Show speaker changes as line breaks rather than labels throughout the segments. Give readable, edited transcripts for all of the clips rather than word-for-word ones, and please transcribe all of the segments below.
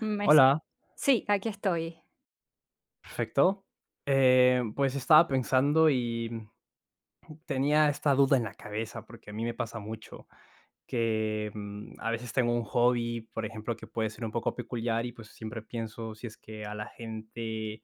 Me es
Hola,
sí, aquí estoy.
perfecto. Pues estaba pensando y tenía esta duda en la cabeza, porque a mí me pasa mucho que a veces tengo un hobby, por ejemplo, que puede ser un poco peculiar y pues siempre pienso si es que a la gente,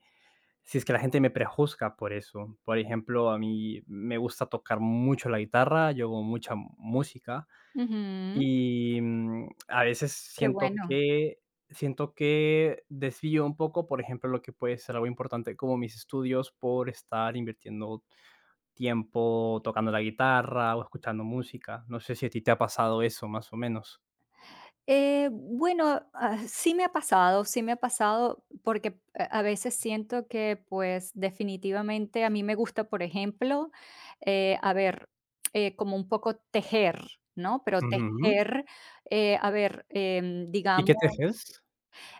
si es que la gente me prejuzga por eso. Por ejemplo, a mí me gusta tocar mucho la guitarra, yo hago mucha música.
Ujú.
Y, a veces
Qué bueno.
siento que desvío un poco, por ejemplo, lo que puede ser algo importante como mis estudios por estar invirtiendo tiempo tocando la guitarra o escuchando música. No sé si a ti te ha pasado eso, más o menos.
Bueno, sí me ha pasado, sí me ha pasado, porque a veces siento que, pues, definitivamente a mí me gusta, por ejemplo, eh, a ver, como un poco tejer, ¿no? Pero
Ujú.
tejer,
¿Y qué
digamos.
tejes?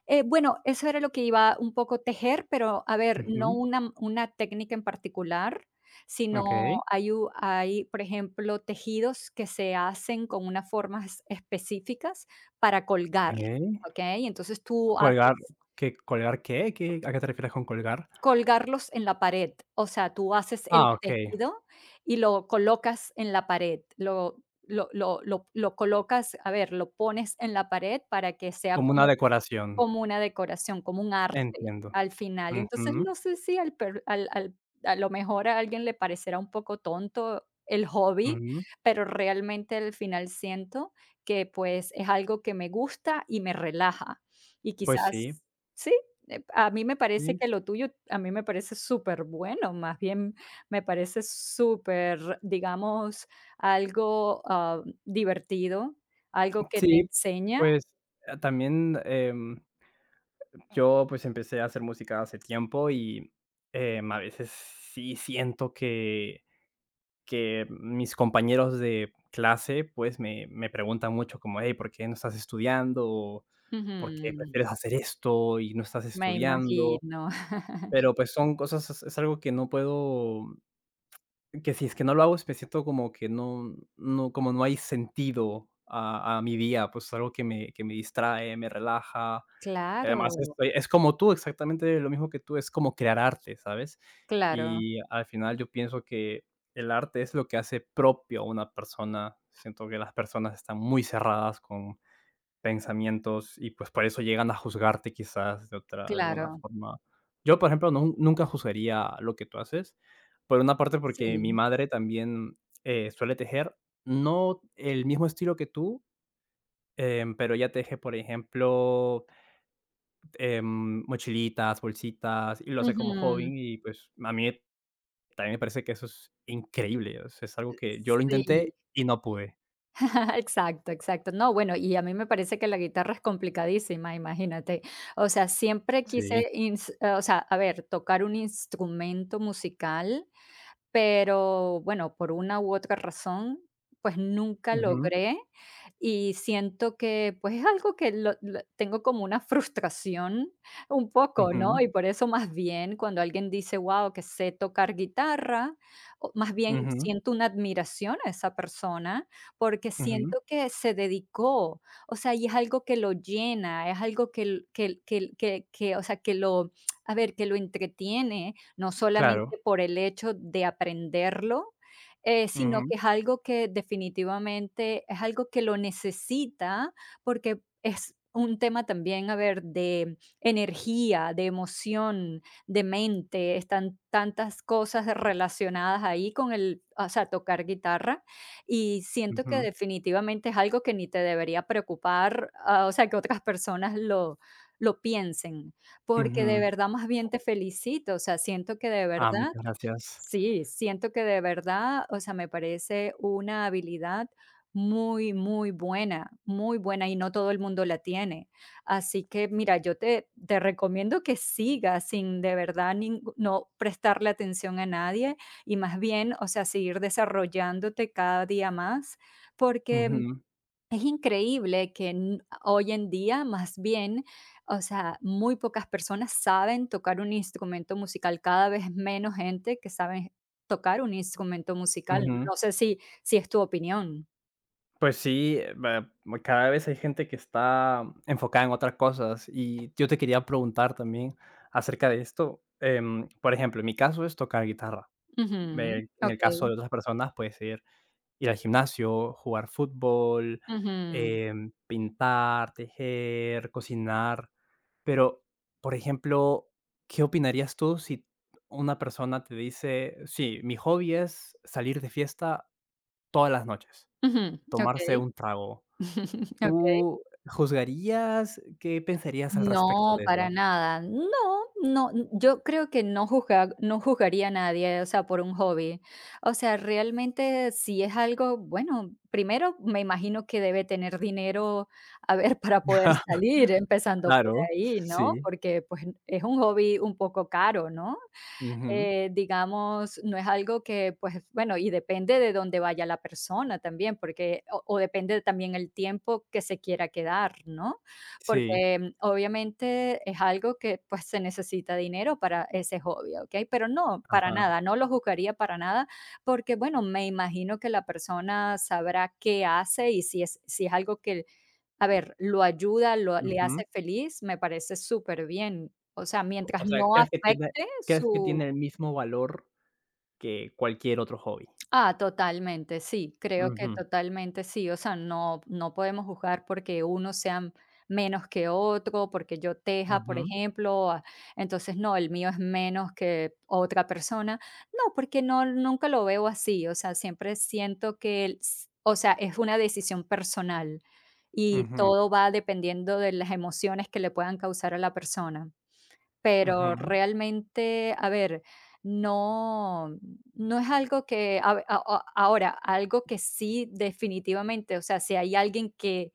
Bueno, eso era lo que iba un poco tejer, pero a ver, no
Ujú.
una técnica en particular, sino
Okey,
hay, por ejemplo, tejidos que se hacen con unas formas específicas para colgar,
okey.
¿okey? Entonces tú
Colgar,
haces
¿qué colgar qué? ¿Qué, a qué te refieres con colgar?
colgarlos en la pared, o sea, tú haces el
Ah, okey,
tejido y lo colocas en la pared, lo colocas, a ver, lo pones en la pared para que sea
como una
como.
decoración.
Como una decoración, como un arte
Entiendo.
al final. Entonces,
Ujú,
no sé si al per al al a lo mejor a alguien le parecerá un poco tonto el hobby,
ujú.
pero realmente al final siento que, pues, es algo que me gusta y me relaja. Y
Pues sí,
quizás sí, a mí me parece
sí.
que lo tuyo a mí me parece súper bueno, más bien me parece súper, digamos, algo, divertido, algo que te
Sí,
enseña.
pues, también, yo, pues, empecé a hacer música hace tiempo y, a veces sí siento que mis compañeros de clase, pues, me preguntan mucho como: "Hey, ¿por qué no estás estudiando?", o "¿Por qué
Ujú.
prefieres hacer esto y no estás
Me
estudiando?".
imagino.
Pero, pues, son cosas, es algo que no puedo, que si es que no lo hago es me siento como que no, como no hay sentido a mi día. Pues, es algo que me distrae, me relaja. Y
Claro,
además estoy, es como tú, exactamente lo mismo que tú, es como crear arte, ¿sabes?
claro,
Y al final yo pienso que el arte es lo que hace propio a una persona. Siento que las personas están muy cerradas con pensamientos y pues por eso llegan a juzgarte quizás de alguna
claro.
forma. Yo, por ejemplo, nunca juzgaría lo que tú haces, por una parte porque
Sí.
mi madre también, suele tejer, no el mismo estilo que tú, pero ella teje, por ejemplo, mochilitas, bolsitas, y lo hace como
Ujú.
joven y pues a mí también me parece que eso es increíble, o sea, es algo que yo lo
Sí,
intenté y no pude.
exacto, exacto. No, bueno, y a mí me parece que la guitarra es complicadísima, imagínate. O sea, siempre
Sí.
quise, ins o sea, a ver, tocar un instrumento musical. Pero bueno, por una u otra razón, pues nunca
Ujú,
logré, y siento que, pues, es algo que lo tengo como una frustración un poco, ¿no?
ujú,
Y por eso más bien cuando alguien dice: "Guau, que sé tocar guitarra", o más bien
ujú,
siento una admiración a esa persona, porque
ujú,
siento que se dedicó, o sea, y es algo que lo llena, es algo que l que, o sea, que lo, a ver, que lo entretiene no
claro,
solamente por el hecho de aprenderlo, sino que es algo que definitivamente es algo que lo necesita, porque es un tema también, a ver, de energía, de emoción, de mente, están tantas cosas relacionadas ahí con el, o sea, tocar guitarra, y siento que
ujú,
definitivamente es algo que ni te debería preocupar, o sea, que otras personas lo piensen. Porque de
ujú.
verdad, más bien te felicito, o sea, siento que de
Ah,
verdad
muchas gracias.
sí, siento que de verdad, o sea, me parece una habilidad muy, muy buena, y no todo el mundo la tiene. Así que mira, yo te recomiendo que sigas sin de verdad ningú no prestarle atención a nadie, y más bien, o sea, seguir desarrollándote cada día más, porque
Ujú,
es increíble que hoy en día, más bien, o sea, muy pocas personas saben tocar un instrumento musical, cada vez menos gente que sabe tocar un instrumento musical.
ujú.
No sé si es tu opinión.
Pues sí, va cada vez hay gente que está enfocada en otras cosas, y yo te quería preguntar también acerca de esto, por ejemplo, en mi caso es tocar guitarra,
Ujú,
me en el
ok.
caso de otras personas puede ser ir al gimnasio, jugar fútbol,
Ujú,
pintar, tejer, cocinar. Pero, por ejemplo, ¿qué opinarías tú si una persona te dice: "Sí, mi hobby es salir de fiesta todas las noches,
ujú, ok.
tomarse un trago"?
Ok.
¿Tú juzgarías? ¿Qué pensarías al respecto
No,
de
para
eso?
nada. No, no, yo creo que no no juzgaría a nadie, o sea, por un hobby. O sea, realmente si es algo, bueno, primero me imagino que debe tener dinero, a ver, para poder salir, empezando por
Claro,
ahí, ¿no?
sí.
Porque pues es un hobby un poco caro, ¿no?
Ujú.
Digamos, no es algo que, pues, bueno, y depende de dónde vaya la persona también, porque, o depende también el tiempo que se quiera quedar, ¿no?
Sí,
Porque obviamente es algo que, pues, se necesita dinero para ese hobby, ¿ok? Pero no, para
ajá.
nada, no lo juzgaría para nada, porque, bueno, me imagino que la persona sabrá qué hace y si es algo que, a ver, lo ayuda, lo le hace
Ujú.
feliz, me parece súper bien. O sea, mientras
O sea,
no afecte
crees que
su.
tiene el mismo valor que cualquier otro hobby?
Ah, totalmente, sí, creo que
Ujú.
totalmente sí, o sea, no, no podemos juzgar porque uno sea menos que otro, porque yo teja, por
Ujú,
ejemplo, entonces no, el mío es menos que otra persona, no, porque no, nunca lo veo así, o sea, siempre siento que, o sea, es una decisión personal y
ujú,
todo va dependiendo de las emociones que le puedan causar a la persona. Pero
ujú,
realmente, a ver, no no es algo que a ahora, algo que sí definitivamente, o sea, si hay alguien que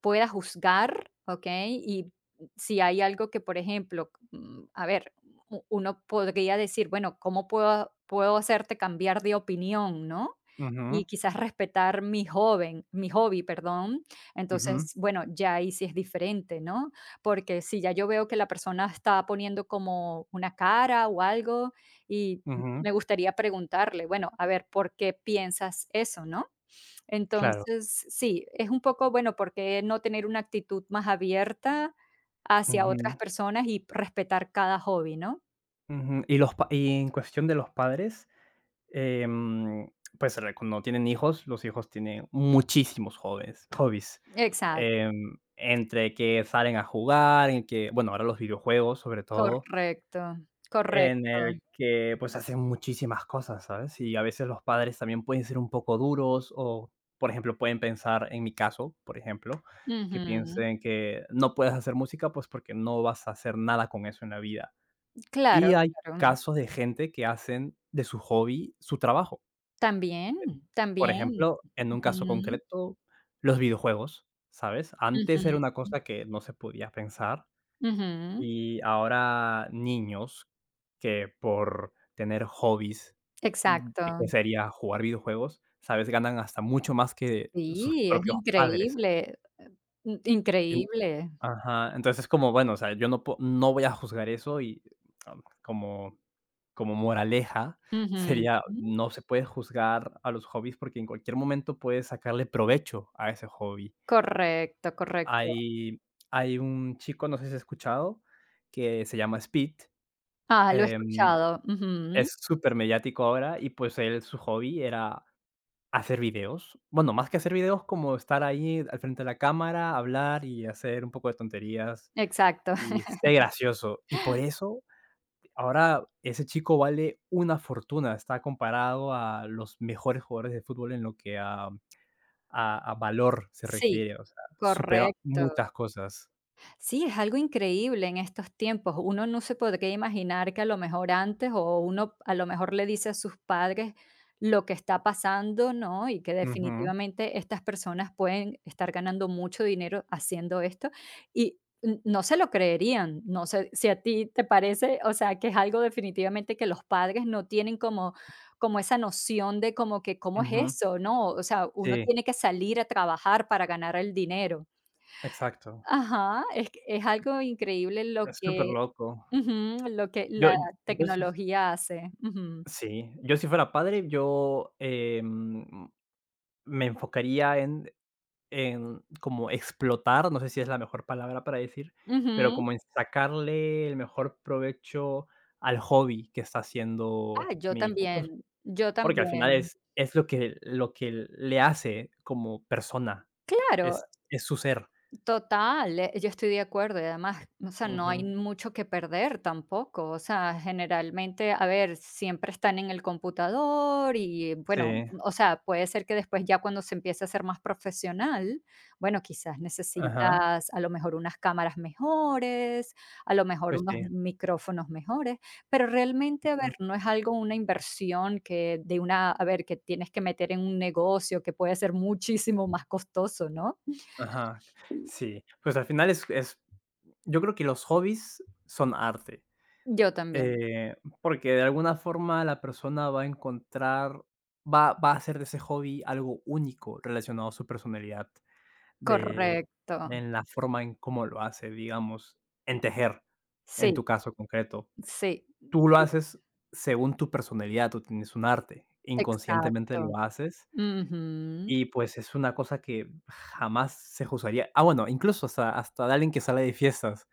pueda juzgar, ¿ok? Y si hay algo que, por ejemplo, a ver, uno podría decir, bueno, ¿cómo puedo, puedo hacerte cambiar de opinión, ¿no?
ujú,
Y quizás respetar mi joven, mi hobby, perdón.
ujú,
Entonces, bueno, ya ahí sí es diferente, ¿no? Porque si ya yo veo que la persona está poniendo como una cara o algo, y
ujú,
me gustaría preguntarle, bueno, a ver, ¿por qué piensas eso, no?
claro,
Entonces, sí, es un poco, bueno, porque no tener una actitud más abierta hacia otras
ujú,
personas y respetar cada hobby, no?
ujú. Y en cuestión de los padres, em, pues, re cuando tienen hijos, los hijos tienen muchísimos hobbies,
Exacto,
entre que salen a jugar, en que bueno, ahora los videojuegos, sobre todo,
correcto,
en
correcto.
el que, pues, hacen muchísimas cosas, ¿sabes? Y a veces los padres también pueden ser un poco duros o, por ejemplo, pueden pensar, en mi caso, por ejemplo, que
Ujú.
piensen que no puedes hacer música, pues, porque no vas a hacer nada con eso en la vida.
Claro,
Y hay
claro.
casos de gente que hacen de su hobby su trabajo.
También,
Por
también.
ejemplo, en un caso
Ujú,
concreto, los videojuegos, ¿sabes? Antes era una
ujú,
cosa que no se podía pensar,
ujú.
y ahora niños que por tener hobbies,
Exacto.
que sería jugar videojuegos, ¿sabes?, ganan hasta mucho más que sus
Sí, es
propios padres.
increíble,
Ent
increíble.
Ajá, entonces es como, bueno, o sea, yo no voy a juzgar eso y como como moraleja
Ujú.
sería, no se puede juzgar a los hobbies porque en cualquier momento puedes sacarle provecho a ese hobby.
Correcto, correcto.
Hay Hay un chico, no sé si has escuchado, que se llama Speed.
Ah, lo he
Em,
escuchado. Ujú.
es súper mediático ahora y, pues, él, su hobby era hacer videos. Bueno, más que hacer videos, como estar ahí al frente de la cámara, hablar y hacer un poco de tonterías
Exacto,
y ser gracioso. Y por eso, ahora ese chico vale una fortuna, está comparado a los mejores jugadores de fútbol en lo que a valor se
sí,
refiere, o sea, supera
correcto.
muchas cosas.
Sí, es algo increíble en estos tiempos. Uno no se podría imaginar que a lo mejor antes o uno a lo mejor le dice a sus padres lo que está pasando, ¿no? Y que
Ujú,
definitivamente estas personas pueden estar ganando mucho dinero haciendo esto y no se lo creerían. No sé si a ti te parece, o sea, que es algo definitivamente que los padres no tienen como como esa noción de como que cómo es
ujú.
eso, ¿no? O sea, uno
Sí,
tiene que salir a trabajar para ganar el dinero.
exacto.
Ajá, es que es algo increíble lo
Es súper
que,
loco.
ujú, lo que
Yo
la
yo sí
tecnología hace. Ujú,
Sí, yo si fuera padre, yo, me enfocaría en como explotar, no sé si es la mejor palabra para decir, pero
ujú.
como en sacarle el mejor provecho al hobby que está haciendo
Ah, yo
mi hijo, pues,
también, yo
porque al final
también.
es lo que le hace como persona,
Claro.
es su ser.
Total, yo estoy de acuerdo y además, o sea, no hay
Ujú.
mucho que perder tampoco, o sea, generalmente, a ver, siempre están en el computador y bueno,
Sí,
o sea, puede ser que después ya cuando se empiece a ser más profesional, bueno, quizás
ajá,
necesitas a lo mejor unas cámaras mejores, a lo mejor
pues
unos
sí,
micrófonos mejores, pero realmente, a ver,
ujú,
no es algo, una inversión que de una, a ver, que tienes que meter en un negocio que puede ser muchísimo más costoso, ¿no?
ajá, sí, pues al final es, yo creo que los hobbies son arte.
Yo también,
Eh, porque de alguna forma la persona va a hacer de ese hobby algo único relacionado a su personalidad, de
correcto.
en la forma en cómo lo hace, digamos, en tejer, en
Sí,
tu caso concreto.
sí,
Tú lo
sí,
haces según tu personalidad, tú tienes un arte, inconscientemente
exacto.
lo haces
Ujú,
y, pues, es una cosa que jamás se juzgaría. Ah, bueno, incluso hasta de alguien que sale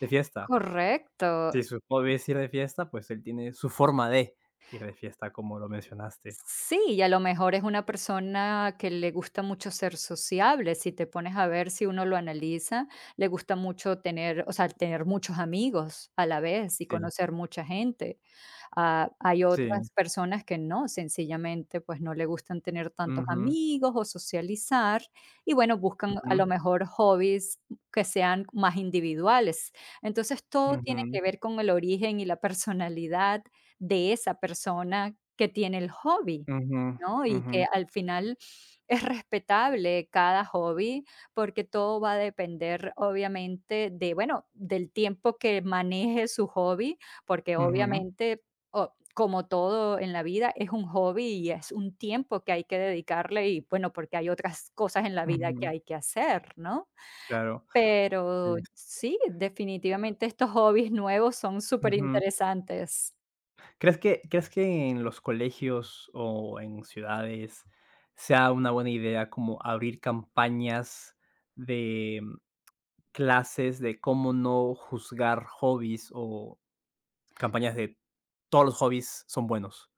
de fiesta.
correcto.
Si su hobby es ir de fiesta, pues él tiene su forma de ir de fiesta, como lo mencionaste.
Sí, y a lo mejor es una persona que le gusta mucho ser sociable. Si te pones a ver, si uno lo analiza, le gusta mucho tener, o sea, tener muchos amigos a la vez y
Sí,
conocer mucha gente. Ah, hay otras
sí.
personas que no, sencillamente, pues no le gustan tener tantos
Ujú,
amigos o socializar y bueno, buscan a
ujú,
lo mejor hobbies que sean más individuales. Entonces, todo tiene que
ujú,
ver con el origen y la personalidad de esa persona que tiene el hobby,
ujú,
¿no? Y
ujú,
que al final es respetable cada hobby, porque todo va a depender, obviamente, de, bueno, del tiempo que maneje su hobby, porque
ujú,
obviamente, como todo en la vida, es un hobby y es un tiempo que hay que dedicarle y, bueno, porque hay otras cosas en la vida que
ujú.
hay que hacer, ¿no?
Claro,
Pero
sí.
sí, definitivamente estos hobbies nuevos son súper
Ujú.
interesantes.
Crees que en los colegios o en ciudades sea una buena idea como abrir campañas de clases de cómo no juzgar hobbies, o campañas de todos los hobbies son buenos?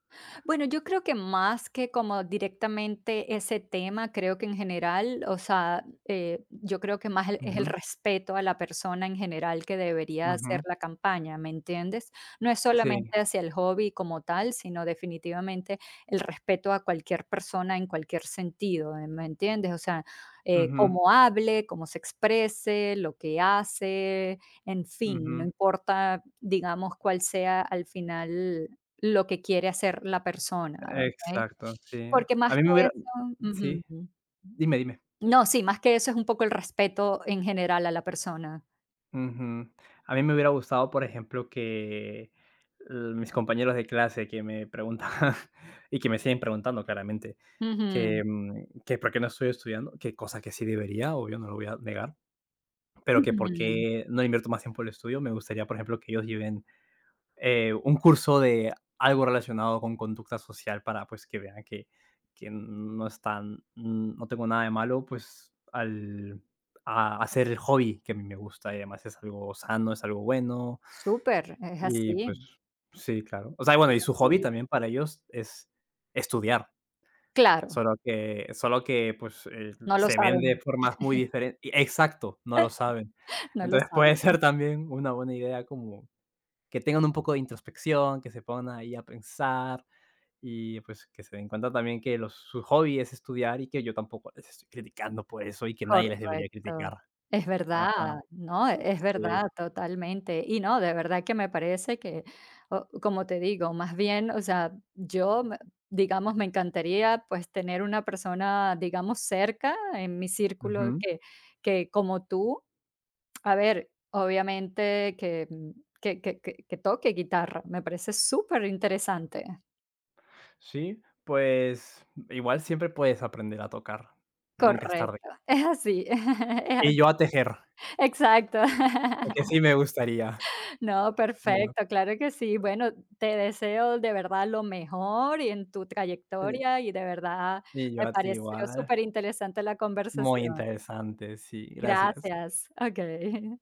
Bueno, yo creo que más que como directamente ese tema, creo que en general, o sea, yo creo que más es el
Ujú,
respeto a la persona en general que debería hacer
ujú.
la campaña, ¿me entiendes? No es
Sí,
solamente hacia el hobby como tal, sino definitivamente el respeto a cualquier persona en cualquier sentido, ¿eh? ¿Me entiendes? O sea,
ujú,
cómo hable, cómo se exprese, lo que hace, en
ujú,
fin, no importa, digamos, cuál sea al final lo que quiere hacer la persona, ¿ok?
exacto, sí.
Porque
A
más
mí
que
me hubiera,
eso,
sí,
ujú.
dime, dime.
No, sí, más que eso es un poco el respeto en general a la persona.
Ujú. A mí me hubiera gustado, por ejemplo, que, l mis compañeros de clase que me preguntaban y que me siguen preguntando claramente,
Ujú,
que, que por qué no estoy estudiando, que cosa que sí debería, obvio, no lo voy a negar, pero que por
ujú.
qué no invierto más tiempo en el estudio. Me gustaría, por ejemplo, que ellos lleven un curso de algo relacionado con conducta social para pues que vean que no están, no tengo nada de malo, pues al a hacer el hobby que a mí me gusta y además es algo sano, es algo bueno
Súper, es
y
así,
pues sí, claro. O sea, bueno,
es
y su hobby
así.
también para ellos es estudiar,
Claro,
solo que pues,
no lo
se ven de
saben.
formas muy diferentes, exacto, no lo saben.
No lo
Entonces
saben.
puede ser también una buena idea como que tengan un poco de introspección, que se pongan ahí a pensar y pues que se den cuenta también que su hobby es estudiar y que yo tampoco les estoy criticando por eso y que nadie les debería
Correcto.
criticar.
Es verdad,
Ajá,
no, es
sí.
verdad, totalmente. Y no, de verdad que me parece que, como te digo, más bien, o sea, digamos, me encantaría pues tener una persona, digamos, cerca en mi círculo
Ujú.
que como tú, a ver, obviamente que, que toque guitarra, me parece súper interesante.
Sí, pues igual siempre puedes aprender a tocar, nunca es tarde.
Correcto, es así, es así.
Y yo a tejer,
Exacto.
que sí me gustaría.
No,
Bueno,
perfecto, claro que sí. Bueno, te deseo de verdad lo mejor y en tu
y
trayectoria y de verdad
y
me
yo a ti
pareció
igual.
súper interesante la
Muy
conversación.
interesante, sí, gracias.
Gracias. Ok.